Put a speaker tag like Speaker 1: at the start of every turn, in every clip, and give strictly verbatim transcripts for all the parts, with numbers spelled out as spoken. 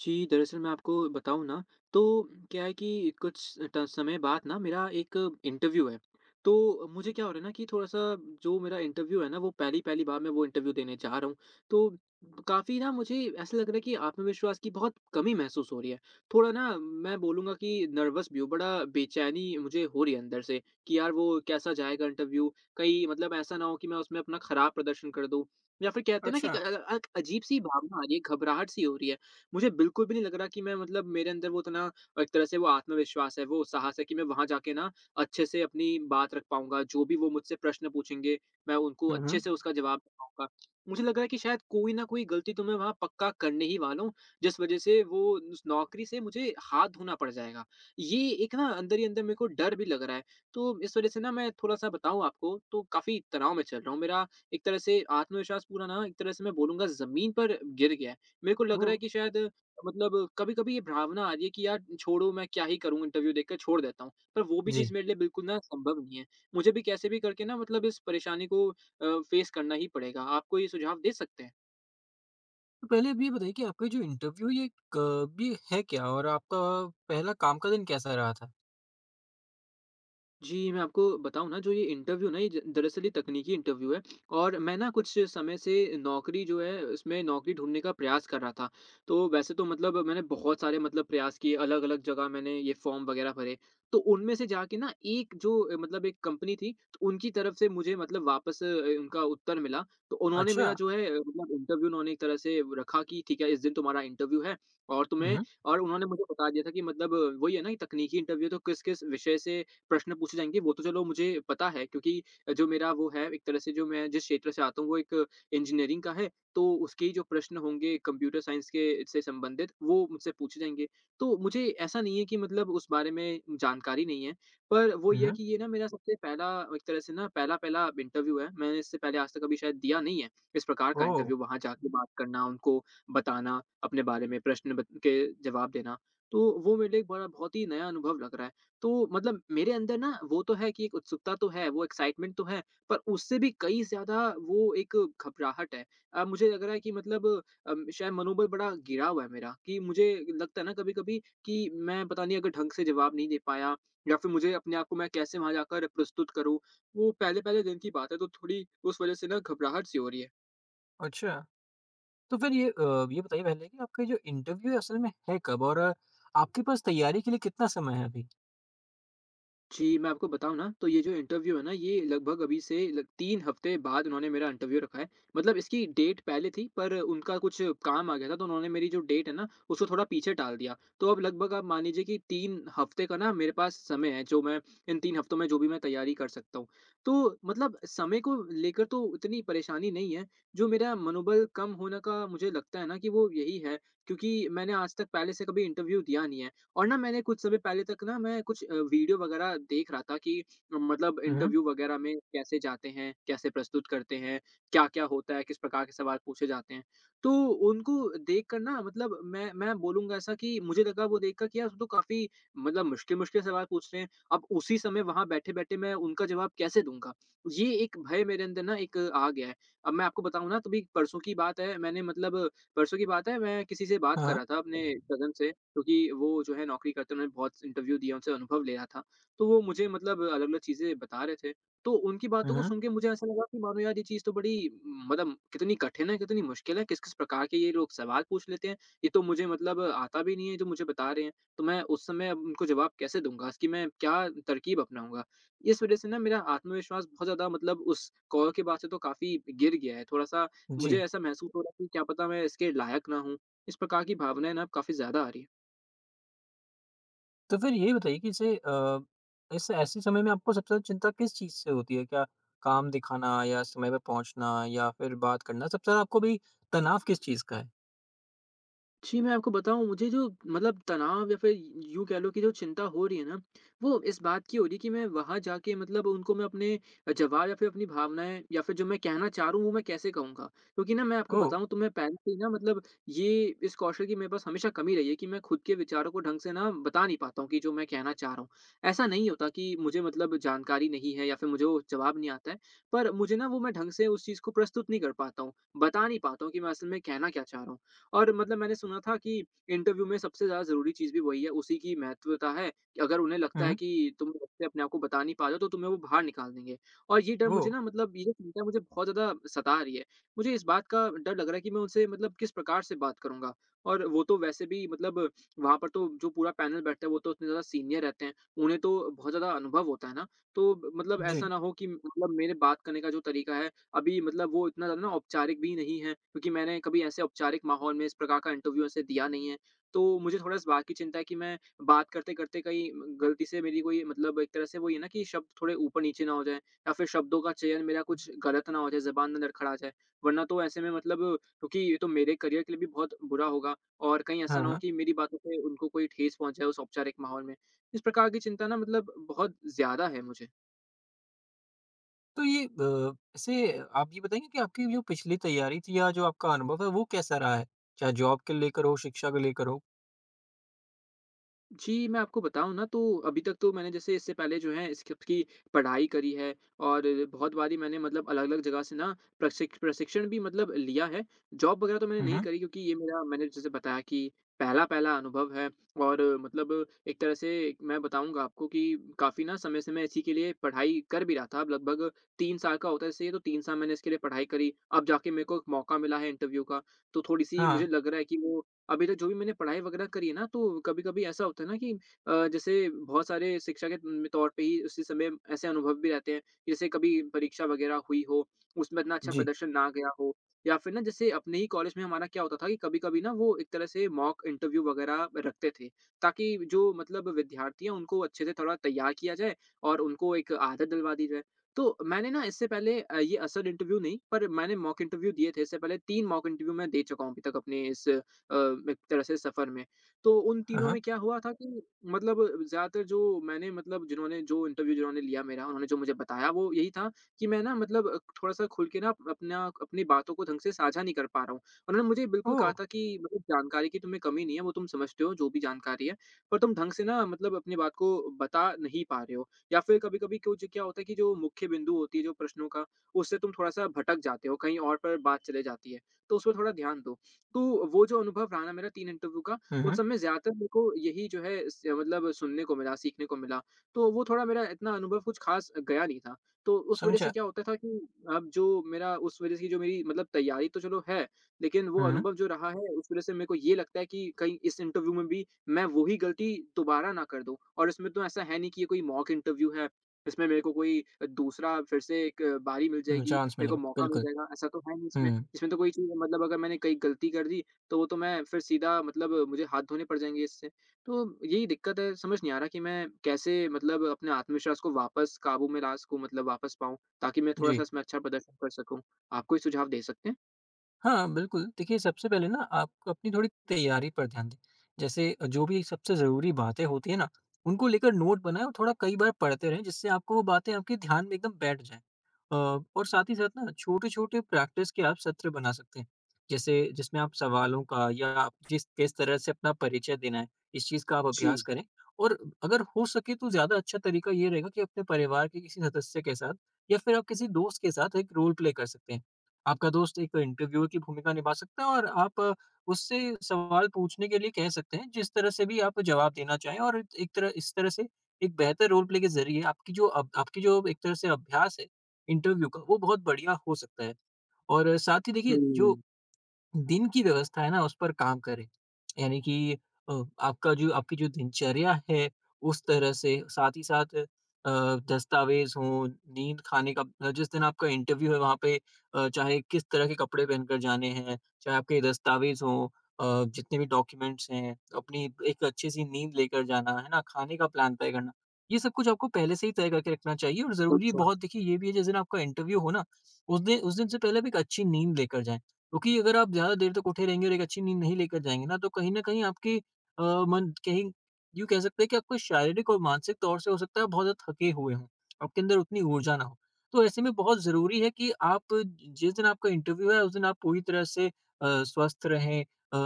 Speaker 1: जी, दरअसल मैं आपको बताऊँ ना, तो क्या है कि कुछ ट समय बाद ना मेरा एक इंटरव्यू है। तो मुझे क्या हो रहा है ना कि थोड़ा-सा जो मेरा इंटरव्यू है ना, वो पहली-पहली बार मैं वो इंटरव्यू देने जा रहा हूँ। तो काफ़ी ना मुझे ऐसा लग रहा है कि आत्मविश्वास की बहुत कमी महसूस हो रही है। थोड़ा ना मैं बोलूँगा कि नर्वस भी हूँ, बड़ा बेचैनी मुझे हो रही है अंदर से कि यार वो कैसा जाएगा इंटरव्यू? कहीं मतलब ऐसा ना हो कि मैं उसमें अपना खराब प्रदर्शन कर दूँ या फिर कहते हैं ना कि एक
Speaker 2: अच्छा।
Speaker 1: अ, एक अजीब-सी भावना आ रही है, घबराहट-सी हो रही है। मुझे बिल्कुल भी नहीं लग रहा कि मैं मतलब मेरे अंदर वो इतना एक तरह से वो आत्मविश्वास है, वो साहस है कि मैं वहाँ जाके ना अच्छे से अपनी बात रख पाऊँगा। जो भी वो मुझसे प्रश्न पूछेंगे, मैं उनको
Speaker 2: हुँ,
Speaker 1: अच्छे
Speaker 2: हुँ।
Speaker 1: से उसका जवाब दे पाऊँगा। मुझे लग रहा है कि शायद कोई न कोई गलती तो मैं वहाँ पक्का करने ही वाला हूँ, जिस वज़ह से वो उस नौकरी से मुझे हाथ धोना पड़ जाएगा। ये एक ना अंदर ही अंदर मेरे को डर भी लग रहा है। तो इस वज़ह से ना मैं थोड़ा-सा बताऊँ आपको तो काफ़ी तनाव में चल रहा हूँ। मेरा एक तरह से आत्मविश्वास पूरा ना एक तरह से मैं बोलूँगा ज़मीन पर गिर गया है। मेरे को लग रहा
Speaker 2: ओह!
Speaker 1: है कि शायद मतलब कभी-कभी ये भावना आ रही है कि यार छोड़ो मैं क्या ही करूँ इंटरव्यू देकर छोड़ देता हूँ। पर वो भी चीज़
Speaker 2: जी।
Speaker 1: मेरे लिए बिल्कुल ना संभव नहीं है। मुझे भी कैसे भी करके ना मतलब इस परेशानी को अ, फ़ेस करना ही पड़ेगा। आप कोई सुझाव दे सकते हैं?
Speaker 2: तो पहले आप ये बताइए कि आपका जो इंटरव्यू ये क ये है क्या और आपका पहला काम का दिन कैसा रहा था?
Speaker 1: जी, मैं आपको बताऊँ ना, जो ये इंटरव्यू ना ये ज दरअसल ये तकनीकी इंटरव्यू है, और मैं ना कुछ समय से नौकरी जो है उसमें नौकरी ढूँढने का प्रयास कर रहा था। तो वैसे तो मतलब मैंने बहुत सारे मतलब प्रयास किए, अलग-अलग जगह मैंने ये फ़ॉर्म वग़ैरह भरे। तो उनमें से जाके ना एक जो अ, मतलब एक कंपनी थी, तो उनकी तरफ से मुझे मतलब वापस अ, उनका उत्तर मिला। तो उन्होंने
Speaker 2: अच्छा।
Speaker 1: मेरा जो है अ, मतलब इंटरव्यू उन्होंने एक तरह से रखा कि ठीक है, इस दिन तुम्हारा इंटरव्यू है और
Speaker 2: हुँ,
Speaker 1: तुम्हें
Speaker 2: हुँ।
Speaker 1: और उन्होंने मुझे बता दिया था कि मतलब अ, वही है ना कि तकनीकी इंटरव्यू तो किस-किस विषय से प्रश्न पूछे जाएँगे, वो तो चलो मुझे पता है, क्योंकि जो मेरा वो है एक तरह से जो मैं जिस क्षेत्र से आता हूँ वो एक इंजीनियरिंग का है, तो उसके ही जो प्रश्न होंगे कंप्यूटर साइंस के से संबंधित वो मुझसे पूछे जाएँगे। तो मुझे ऐसा नहीं है कि मतलब उस बारे में जानकारी नहीं है, पर वो
Speaker 2: हुँ,
Speaker 1: ये है
Speaker 2: हुँ।
Speaker 1: कि ये ना मेरा सबसे पहला एक तरह से ना पहला-पहला इंटरव्यू है। मैंने इससे पहले आज तक कभी शायद दिया नहीं है, इस प्रकार का
Speaker 2: ओह!
Speaker 1: इंटरव्यू वहाँ जाके बात करना, उनको बताना अपने बारे में, प्रश्न बत के जवाब देना। तो वो मेरे लिए एक बड़ा बहुत ही नया अनुभव लग रहा है। तो मतलब मेरे अंदर ना वो तो है कि एक उत्सुकता तो है, वो एक्साइटमेंट तो है, पर उससे भी कई ज़्यादा वो एक घबराहट है। अब मुझे लग रहा है कि मतलब अम, शायद मनोबल बड़ा गिरा हुआ है मेरा कि मुझे लगता है ना कभी-कभी कि मैं पता नहीं अगर ढंग से जवाब नहीं दे पाया, या फिर मुझे अपने आप को मैं कैसे वहाँ जाकर प्रस्तुत करूँ। वो पहले-पहले दिन की बात है, तो थोड़ी उस वज़ह से ना घबराहट सी हो रही है।
Speaker 2: अच्छा। तो फिर ये अ, ये बताइए पहले कि आपका जो इंटरव्यू है असल में है कब और अ, आपके पास तैयारी के लिए कितना समय है अभी?
Speaker 1: जी, मैं आपको बताऊँ ना, तो ये जो इंटरव्यू है ना, ये लगभग अभी से लग तीन हफ़्ते बाद उन्होंने मेरा इंटरव्यू रखा है। मतलब इसकी डेट पहले थी, पर उनका कुछ काम आ गया था, तो उन्होंने मेरी जो डेट है ना, उसको थोड़ा पीछे टाल दिया। तो अब लगभग आप मान लीजिए कि तीन हफ़्ते का ना मेरे पास समय है, जो मैं इन तीन हफ़्तों में जो भी मैं तैयारी कर सकता हूँ। तो मतलब समय को लेकर तो इतनी परेशानी नहीं है, जो मेरा मनोबल कम होने का मुझे लगता है ना कि वो यही है, क्योंकि मैंने आज तक पहले से कभी इंटरव्यू दिया नहीं है। और ना मैंने कुछ समय पहले तक ना मैं कुछ अ, वीडियो वगैरह देख रहा था कि मतलब
Speaker 2: हुँ, हुँ।
Speaker 1: इंटरव्यू वगैरह में कैसे जाते हैं, कैसे प्रस्तुत करते हैं, क्या-क्या होता है, किस प्रकार के सवाल पूछे जाते हैं। तो उनको देखकर ना मतलब मैं मैं बोलूँगा ऐसा कि मुझे लगा वो देखकर कि यार वो तो काफ़ी मतलब मुश्किल-मुश्किल सवाल पूछ रहे हैं। अब उसी समय वहाँ बैठे-बैठे मैं उनका जवाब कैसे दूँगा? ये एक भय मेरे अंदर ना एक आ गया है। अब मैं आपको बताऊँ ना, तो अभी परसों की बात है, मैंने मतलब परसों की बात है, मैं किसी से बात
Speaker 2: हाँ,
Speaker 1: कर
Speaker 2: हाँ।
Speaker 1: रहा था अपने कज़न से, क्योंकि वो जो है नौकरी करते उन्होंने बहुत इंटरव्यू दिया, उनसे अनुभव लिया था। तो वो मुझे मतलब अलग-अलग चीज़ें बता रहे थे। तो उनकी
Speaker 2: हुँ,
Speaker 1: बातों को
Speaker 2: हुँ।
Speaker 1: सुन के मुझे ऐसा लगा कि मानो यार ये चीज़ तो बड़ी मतलब कितनी कठिन है, कितनी मुश्किल है, किस-किस प्रकार के ये लोग सवाल पूछ लेते हैं। ये तो मुझे मतलब आता भी नहीं है जो मुझे बता रहे हैं। तो मैं उस समय अब उनको जवाब कैसे दूँगा? इसकी मैं क्या तरकीब अपनाऊँगा? इस वज़ह से ना मेरा आत्मविश्वास बहुत ज़्यादा मतलब उस कॉल के बाद से तो काफ़ी गिर गया है। थोड़ा-सा मुझे
Speaker 2: जी।
Speaker 1: ऐसा महसूस हो रहा है कि क्या पता मैं इसके लायक ना हूँ। इस प्रकार की भावनाएँ ना अब काफ़ी ज़्यादा आ रही हैं।
Speaker 2: तो फिर ये बताइए कि इसे अ, इस ऐसे समय में आपको सबसे ज़्यादा चिंता किस चीज़ से होती है? क्या काम दिखाना या समय पे पहुँचना या फिर बात करना, सबसे ज़्यादा आपको भी तनाव किस चीज़ का है?
Speaker 1: जी, मैं आपको बताऊँ, मुझे जो मतलब तनाव या फिर यूँ कह लो कि जो चिंता हो रही है ना, वो इस बात की हो रही है कि मैं वहाँ जाके मतलब उनको मैं अपने जवाब या फिर अपनी भावनाएँ या फिर जो मैं कहना चाह रहा हूँ, वो मैं कैसे कहूँगा? क्योंकि ना मैं आपको
Speaker 2: ओह!
Speaker 1: बताऊँ, तो मैं पहले से ही ना मतलब ये इस कौशल की मेरे पास हमेशा कमी रही है कि मैं खुद के विचारों को ढंग से ना बता नहीं पाता हूँ कि जो मैं कहना चाह रहा हूँ। ऐसा नहीं होता कि मुझे मतलब जानकारी नहीं है या फिर मुझे वो जवाब नहीं आता है, पर मुझे ना वो मैं ढंग से उस चीज़ को प्रस्तुत नहीं कर पाता हूँ, बता नहीं पाता हूँ कि मैं असल में कहना क्या चाह रहा हूँ। और मतलब मैंने सुना था कि इंटरव्यू में सबसे ज़्यादा ज़रूरी चीज़ भी वही है, उसी की महत्वता है कि अगर उन्हें लगता है
Speaker 2: हुँ,
Speaker 1: कि तुम से अपने आप को बता नहीं पा रहे हो, तो तुम्हें वो बाहर निकाल देंगे। और ये डर
Speaker 2: ओह!
Speaker 1: मुझे ना मतलब ये जो चिंता है मुझे बहुत ज़्यादा सता रही है। मुझे इस बात का डर लग रहा है कि मैं उनसे मतलब किस प्रकार से बात करूँगा? और वो तो वैसे भी मतलब वहाँ पर तो जो पूरा पैनल बैठता है वो तो उतने ज़्यादा सीनियर रहते हैं, उन्हें तो बहुत ज़्यादा अनुभव होता है ना। तो मतलब
Speaker 2: जी।
Speaker 1: ऐसा ना हो कि मतलब मेरे बात करने का जो तरीका है अभी, मतलब वो इतना ज़्यादा ना औपचारिक भी नहीं है, क्योंकि मैंने कभी ऐसे औपचारिक माहौल में इस प्रकार का इंटरव्यू ऐसे दिया नहीं है। तो मुझे थोड़ा इस बात की चिंता है कि मैं बात करते-करते कहीं गलती से मेरी कोई मतलब एक तरह से वो ही है ना कि शब्द थोड़े ऊपर-नीचे ना हो जाएँ या फिर शब्दों का चयन मेरा कुछ गलत ना हो जाए, ज़ुबान ना लड़खड़ा जाए। वरना तो ऐसे में मतलब, क्योंकि ये तो मेरे करियर के लिए भी बहुत बुरा होगा, और कहीं ऐसा
Speaker 2: हाँ,
Speaker 1: ना हो
Speaker 2: हाँ।
Speaker 1: कि मेरी बातों से उनको कोई ठेस पहुँच जाए उस औपचारिक माहौल में। इस प्रकार की चिंता ना मतलब बहुत ज़्यादा है मुझे।
Speaker 2: तो ये अ, ऐसे आप ये बताएँगे कि आपकी जो पिछली तैयारी थी या जो आपका अनुभव है वो कैसा रहा है? चाहे जॉब के लेकर हो, शिक्षा को लेकर हो?
Speaker 1: जी, मैं आपको बताऊँ ना, तो अभी तक तो मैंने जैसे इससे पहले जो है स्क्रिप्ट की पढ़ाई करी है, और बहुत बारी मैंने मतलब अलग-अलग जगह से ना प्रशिक्ष प्रशिक्षण भी मतलब लिया है। जॉब वगैरह तो मैंने
Speaker 2: हुँ,
Speaker 1: नहीं
Speaker 2: हुँ।
Speaker 1: करी, क्योंकि ये मेरा मैंने जैसे बताया कि पहला-पहला अनुभव है और मतलब एक तरह से मैं बताऊँगा आपको कि काफ़ी ना समय से मैं इसी के लिए पढ़ाई कर भी रहा था। अब लगभग तीन साल का होता है, जैसे ये तो तीन साल मैंने इसके लिए पढ़ाई करी। अब जाके मेरे को एक मौका मिला है इंटरव्यू का, तो थोड़ी-सी
Speaker 2: हाँ,
Speaker 1: मुझे लग रहा है कि वो अभी तक जो भी मैंने पढ़ाई वगैरह करी है ना, तो कभी-कभी ऐसा होता है ना कि अ, जैसे बहुत सारे शिक्षा के उम, तौर पे ही उसी समय ऐसे अनुभव भी रहते हैं। जैसे कभी परीक्षा वगैरह हुई हो, उसमें इतना अच्छा
Speaker 2: जी।
Speaker 1: प्रदर्शन ना गया हो, या फिर ना जैसे अपने ही कॉलेज में हमारा क्या होता था कि कभी-कभी ना वो एक तरह से मॉक इंटरव्यू वगैरह रखते थे, ताकि जो मतलब विद्यार्थी हैं उनको अच्छे से थोड़ा तैयार किया जाए और उनको एक आदत डलवा दी जाए। तो मैंने ना इससे पहले अ, ये असल इंटरव्यू नहीं, पर मैंने मॉक इंटरव्यू दिए थे, इससे पहले तीन मॉक इंटरव्यू मैं दे चुका हूँ अभी तक अपने इस अ, एक तरह से सफ़र में। तो उन
Speaker 2: हाँ,
Speaker 1: तीनों
Speaker 2: हाँ।
Speaker 1: में क्या हुआ था कि मतलब ज़्यादातर जो मैंने मतलब जिन्होंने जो इंटरव्यू जिन्होंने लिया मेरा, उन्होंने जो मुझे बताया वो यही था कि मैं ना मतलब अ, थोड़ा-सा खुल के ना अप- अपना अपनी बातों को ढंग से साझा नहीं कर पा रहा हूँ। उन्होंने मुझे बिल्कुल
Speaker 2: ओह!
Speaker 1: कहा था कि मतलब जानकारी की तुम्हें कमी नहीं है, वो तुम समझते हो जो भी जानकारी है, पर तुम ढंग से ना मतलब अपनी बात को बता नहीं पा रहे हो। या फिर कभी-कभी कुछ क्या होता है कि जो मुख्य बिंदु होती है जो प्रश्नों का, उससे तुम थोड़ा-सा भटक जाते हो, कहीं और पर बात चले जाती है। तो उसमें थोड़ा ध्यान दो। तो वो जो अनुभव रहा ना मेरा तीन इंटरव्यू का,
Speaker 2: हुँ,
Speaker 1: उन
Speaker 2: हुँ।
Speaker 1: सब में ज़्यादातर मेरे को यही जो है स मतलब सुनने को मिला, सीखने को मिला। तो वो थोड़ा मेरा इतना अनुभव कुछ ख़ास गया नहीं था। तो उस वज़ह से
Speaker 2: समझा।
Speaker 1: क्या होता था कि अब जो मेरा उस वज़ह से जो मेरी मतलब तैयारी तो चलो है, लेकिन वो
Speaker 2: हुँ,
Speaker 1: अनुभव जो रहा है उस वज़ह से मेरे को ये लगता है कि कहीं इस इंटरव्यू में भी मैं वो ही गलती दोबारा ना कर दूँ। और इसमें तो ऐसा है नहीं कि ये कोई मॉक इंटरव्यू है, इसमें मेरे को कोई दूसरा फिर से एक बारी मिल
Speaker 2: हुँ।
Speaker 1: जाएगी,
Speaker 2: चांस
Speaker 1: मेरे को
Speaker 2: मिलेगा,
Speaker 1: मौका मिल
Speaker 2: बिल्कुल।
Speaker 1: जाएगा, ऐसा तो है नहीं इसमें।
Speaker 2: हुँ,
Speaker 1: इसमें तो कोई चीज़ मतलब अगर मैंने कहीं गलती कर दी, तो वो तो मैं फिर सीधा मतलब मुझे हाथ धोने पड़ जाएँगे इससे। तो यही दिक्कत है, समझ नहीं आ रहा कि मैं कैसे मतलब अपने आत्मविश्वास को वापस काबू में ला सकूँ, मतलब वापस पाऊँ, ताकि मैं थोड़ा-सा
Speaker 2: जी।
Speaker 1: इसमें अच्छा प्रदर्शन कर सकूँ। आप कोई सुझाव दे सकते हैं?
Speaker 2: हाँ, बिल्कुल। देखिए, सबसे पहले ना आपको अपनी थोड़ी तैयारी पर ध्यान दें। जैसे जो भी सबसे ज़रूरी बातें होती हैं ना, उनको लेकर नोट बनाएँ और थोड़ा कई बार पढ़ते रहें, जिससे आपको वो बातें आपके ध्यान में एकदम बैठ जाएँ। अ, और साथ ही साथ ना छोटे-छोटे प्रैक्टिस के आप सत्र बना सकते हैं। जैसे जिसमें आप सवालों का या आप जिस किस तरह से अपना परिचय देना है, इस चीज़ का आप
Speaker 1: जी।
Speaker 2: अभ्यास करें। और अगर हो सके तो ज़्यादा अच्छा तरीका ये रहेगा कि अपने परिवार के किसी सदस्य के साथ या फिर आप किसी दोस्त के साथ एक रोल प्ले कर सकते हैं। आपका दोस्त एक इंटरव्यूअर की भूमिका निभा सकता है और आप अ, उससे सवाल पूछने के लिए कह सकते हैं जिस तरह से भी आप जवाब देना चाहें और एक तरह इस तरह से एक बेहतर रोल प्ले के जरिए आपकी जो अब आपकी जो एक तरह से अभ्यास है इंटरव्यू का वो बहुत बढ़िया हो सकता है और अ, साथ ही देखिए जो
Speaker 1: हुँ,
Speaker 2: दिन की व्यवस्था है ना उस पर काम करें। यानी कि अ, आपका जो आपकी जो दिनचर्या है उस तरह से साथ ही साथ अ, दस्तावेज़ हों, नींद खाने का अ, जिस दिन आपका इंटरव्यू है वहाँ पे अ, चाहे किस तरह के कपड़े पहनकर जाने हैं, चाहे आपके दस्तावेज़ हों अ, जितने भी डॉक्यूमेंट्स हैं, अपनी एक अच्छी-सी नींद लेकर जाना, है ना? खाने का प्लान तय करना। ये सब कुछ आपको पहले से ही तय करके रखना चाहिए और ज़रूरी
Speaker 1: अच्छा,
Speaker 2: बहुत देखिए ये भी है जिस दिन आपका इंटरव्यू हो ना, उस दिन उस दिन से पहले आप एक अच्छी नींद लेकर जाएँ। क्योंकि अगर आप ज़्यादा देर तक उठे रहेंगे और एक अच्छी नींद नहीं लेकर जाएँगे ना, तो कहीं न कहीं आपकी अ, मन कहीं यूँ कह सकते हैं कि आपको शारीरिक और मानसिक तौर से हो सकता है बहुत ज़्यादा थके हुए हों, आपके अंदर उतनी ऊर्जा ना हो। तो ऐसे में बहुत ज़रूरी है कि आप जिस दिन आपका इंटरव्यू है, उस दिन आप पूरी तरह से अ, स्वस्थ रहें अ,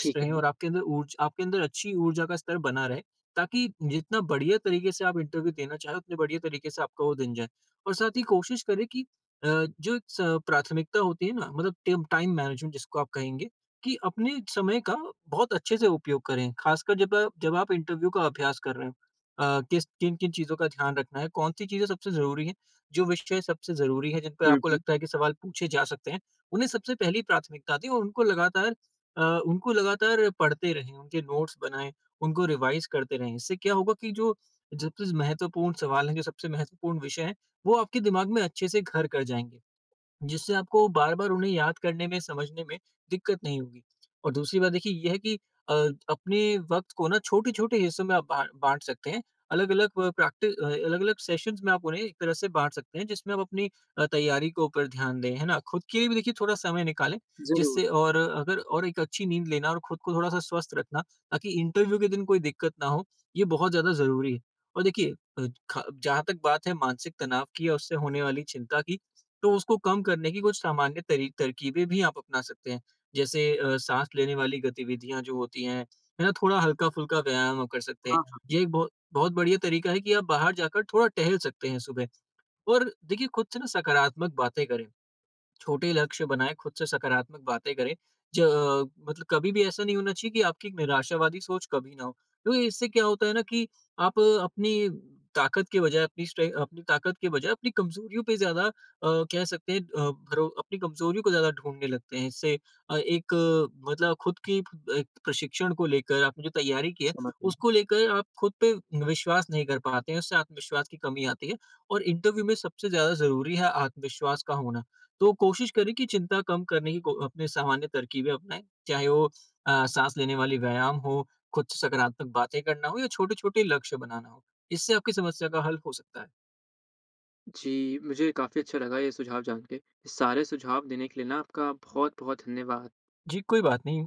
Speaker 1: ठीक
Speaker 2: रहें
Speaker 1: है।
Speaker 2: और आपके अंदर ऊर्ज आपके अंदर अच्छी ऊर्जा का स्तर बना रहे, ताकि जितना बढ़िया तरीके से आप इंटरव्यू देना चाहें, उतने बढ़िया तरीके से आपका वो दिन जाए। और साथ ही कोशिश करें कि अ, जो एक स प्राथमिकता होती है ना मतलब टेम टाइम मैनेजमेंट जिसको आप कहेंगे कि अपने समय का बहुत अच्छे से उपयोग करें। ख़ासकर जब आप जब आप इंटरव्यू का अभ्यास कर रहे हो। अ, किस किन-किन चीज़ों का ध्यान रखना है, कौन-सी चीज़ें सबसे ज़रूरी हैं, जो विषय सबसे ज़रूरी है, जिन पे
Speaker 1: हुँ,
Speaker 2: आपको
Speaker 1: हुँ।
Speaker 2: लगता है कि सवाल पूछे जा सकते हैं, उन्हें सबसे पहली प्राथमिकता दें और उनको लगातार अ, उनको लगातार पढ़ते रहें, उनके नोट्स बनाएँ, उनको रिवाइज़ करते रहें। इससे क्या होगा कि जो सबसे महत्वपूर्ण सवाल हैं, जो सबसे महत्वपूर्ण विषय हैं, वो आपके दिमाग में अच्छे से घर कर जाएँगे। जिससे आपको बार-बार उन्हें याद करने में, समझने में दिक्कत नहीं होगी। और दूसरी बात देखिए ये है कि अ, अपने वक़्त को ना छोटे-छोटे हिस्सों में आप बा बाँट सकते हैं। अलग-अलग प प्रैक्टि अ, अलग-अलग सेशंस में आप उन्हें एक तरह से बाँट सकते हैं जिसमें आप अपनी अ, तैयारी के ऊपर ध्यान दें, है ना? खुद के लिए भी देखिए थोड़ा समय निकालें
Speaker 1: ज़रूर।
Speaker 2: जिससे और अगर और एक अच्छी नींद लेना और खुद को थोड़ा-सा स्वस्थ रखना ताकि इंटरव्यू के दिन कोई दिक्कत ना हो, ये बहुत ज़्यादा ज़रूरी है। और देखिए अ, ख जहाँ तक बात है मानसिक तनाव की या उससे होने वाली चिंता की तो उसको कम करने की कुछ सामान्य तरी तरकीबें भी आप अपना सकते हैं। जैसे अ, साँस लेने वाली गतिविधियाँ जो होती हैं, है ना? थोड़ा हल्का-फुल्का व्यायाम आप कर सकते हैं।
Speaker 1: हाँ, हाँ,
Speaker 2: ये एक बहुत बहुत बढ़िया तरीका है कि आप बाहर जाकर थोड़ा टहल सकते हैं सुबह और देखिए खुद से ना सकारात्मक बातें करें। छोटे लक्ष्य बनाएँ, खुद से सकारात्मक बातें करें। ज अ, मतलब कभी भी ऐसा नहीं होना चाहिए कि आपकी एक निराशावादी सोच कभी ना हो। क्योंकि इससे क्या होता है ना कि आप अ, अपनी ताकत के बजाय अपनी स्ट्रे अपनी ताकत के बजाय अपनी कमज़ोरियों पे ज़्यादा अ, कह सकते हैं अ, भरो अपनी कमज़ोरियों को ज़्यादा ढूँढने लगते हैं। इससे अ, एक अ, मतलब खुद की प- एक प्रशिक्षण को लेकर आपने जो तैयारी की है,
Speaker 1: समझ गया।
Speaker 2: उसको लेकर आप खुद पे विश्वास नहीं कर पाते हैं, उससे आत्मविश्वास की कमी आती है। और इंटरव्यू में सबसे ज़्यादा ज़रूरी है आत्मविश्वास का होना। तो कोशिश करें कि चिंता कम करने की को अपने सामान्य तरकीबें अपनाएं, चाहे वो अ, सांस लेने वाली व्यायाम हो, खुद से सकारात्मक बातें करना हो या छोटे-छोटे लक्ष्य बनाना हो। इससे आपकी समस्या का हल हो सकता है।
Speaker 1: जी, मुझे काफ़ी अच्छा लगा ये सुझाव जान के। इस सारे सुझाव देने के लिए ना आपका बहुत-बहुत धन्यवाद।
Speaker 2: जी, कोई बात नहीं।